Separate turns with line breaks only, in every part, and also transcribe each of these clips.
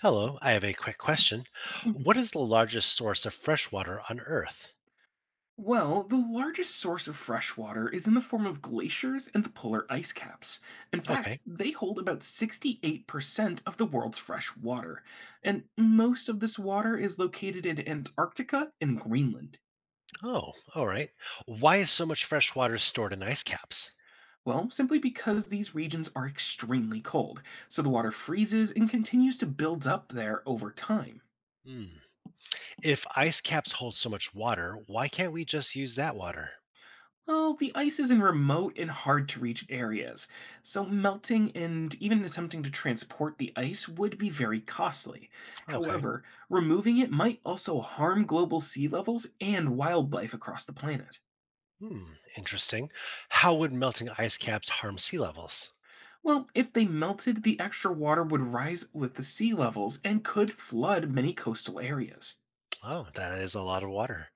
Hello, I have a quick question.
Mhm.
What is the largest source of fresh water on Earth?
Well, the largest source of fresh water is in the form of glaciers and the polar ice caps. In
Okay.
fact, they hold about 68% of the world's fresh water, and most of this water is located in Antarctica and Greenland.
Oh, all right. Why is so much fresh water stored in ice caps?
Well, simply because these regions are extremely cold, so the water freezes and continues to build up there over time.
Hmm. If ice caps hold so much water, why can't we just use that water?
Well, the ice is in remote and hard to reach areas, so melting and even attempting to transport the ice would be very costly.
Okay.
However, removing it might also harm global sea levels and wildlife across the planet.
Hmm. Interesting. How would melting ice caps harm sea levels?
Well, if they melted, the extra water would rise with the sea levels and could flood many coastal areas.
Oh, that is a lot of water.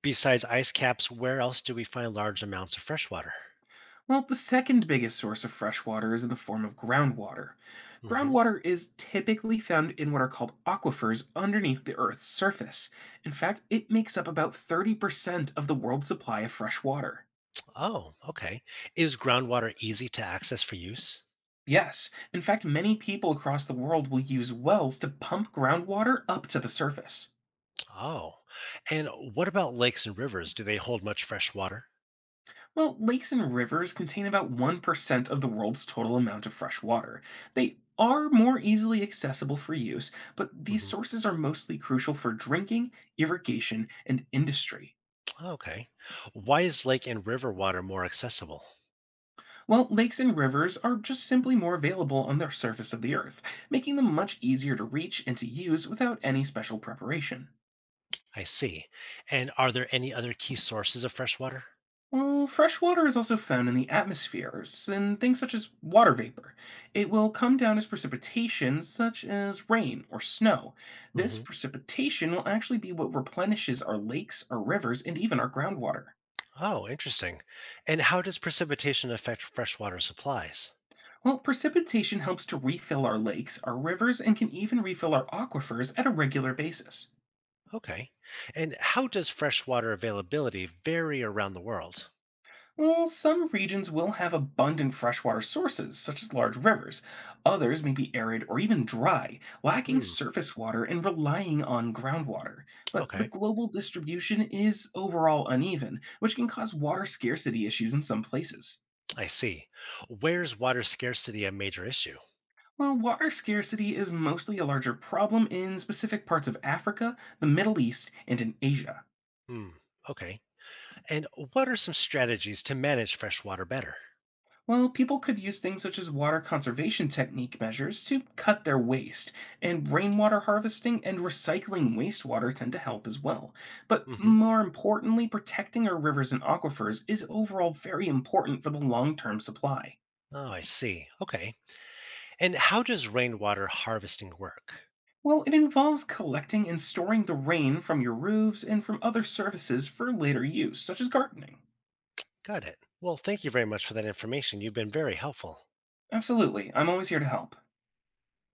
Besides ice caps, where else do we find large amounts of fresh water?
Well, the second biggest source of fresh water is in the form of groundwater.
Hmm.
Groundwater is typically found in what are called aquifers underneath the Earth's surface. In fact, it makes up about 30% of the world's supply of fresh water.
Oh, okay. Is groundwater easy to access for use?
Yes, in fact, many people across the world will use wells to pump groundwater up to the surface.
Oh, and what about lakes and rivers? Do they hold much fresh water?
Well, lakes and rivers contain about 1% of the world's total amount of fresh water. They are more easily accessible for use, but these
Hmm.
sources are mostly crucial for drinking, irrigation, and industry.
Okay. Why is lake and river water more accessible?
While lakes and rivers are just simply more available on the surface of the earth, making them much easier to reach and to use without any special preparation.
I see. And are there any other key sources of fresh water?
Well, fresh water is also found in the atmospheres in things such as water vapor. It will come down as precipitation, such as rain or snow. This
Hmm.
precipitation will actually be what replenishes our lakes, our rivers, and even our groundwater.
Oh, interesting. And how does precipitation affect freshwater supplies?
Well, precipitation helps to refill our lakes, our rivers, and can even refill our aquifers at a regular basis.
Okay. And how does freshwater availability vary around the world?
Well, some regions will have abundant freshwater sources, such as large rivers. Others may be arid or even dry, lacking
Hmm.
surface water and relying on groundwater. But the
Okay.
global distribution is overall uneven, which can cause water scarcity issues in some places.
I see. Where's water scarcity a major issue?
While water scarcity is mostly a larger problem in specific parts of Africa, the Middle East, and in Asia.
Hmm. Okay. And what are some strategies to manage fresh water better?
Well, people could use things such as water conservation technique measures to cut their waste, and rainwater harvesting and recycling wastewater tend to help as well. But
Hmm.
more importantly, protecting our rivers and aquifers is overall very important for the long term supply.
Oh, I see. Okay. And how does rainwater harvesting work?
Well, it involves collecting and storing the rain from your roofs and from other surfaces for later use, such as gardening.
Got it. Well, thank you very much for that information. You've been very helpful.
Absolutely, I'm always here to help.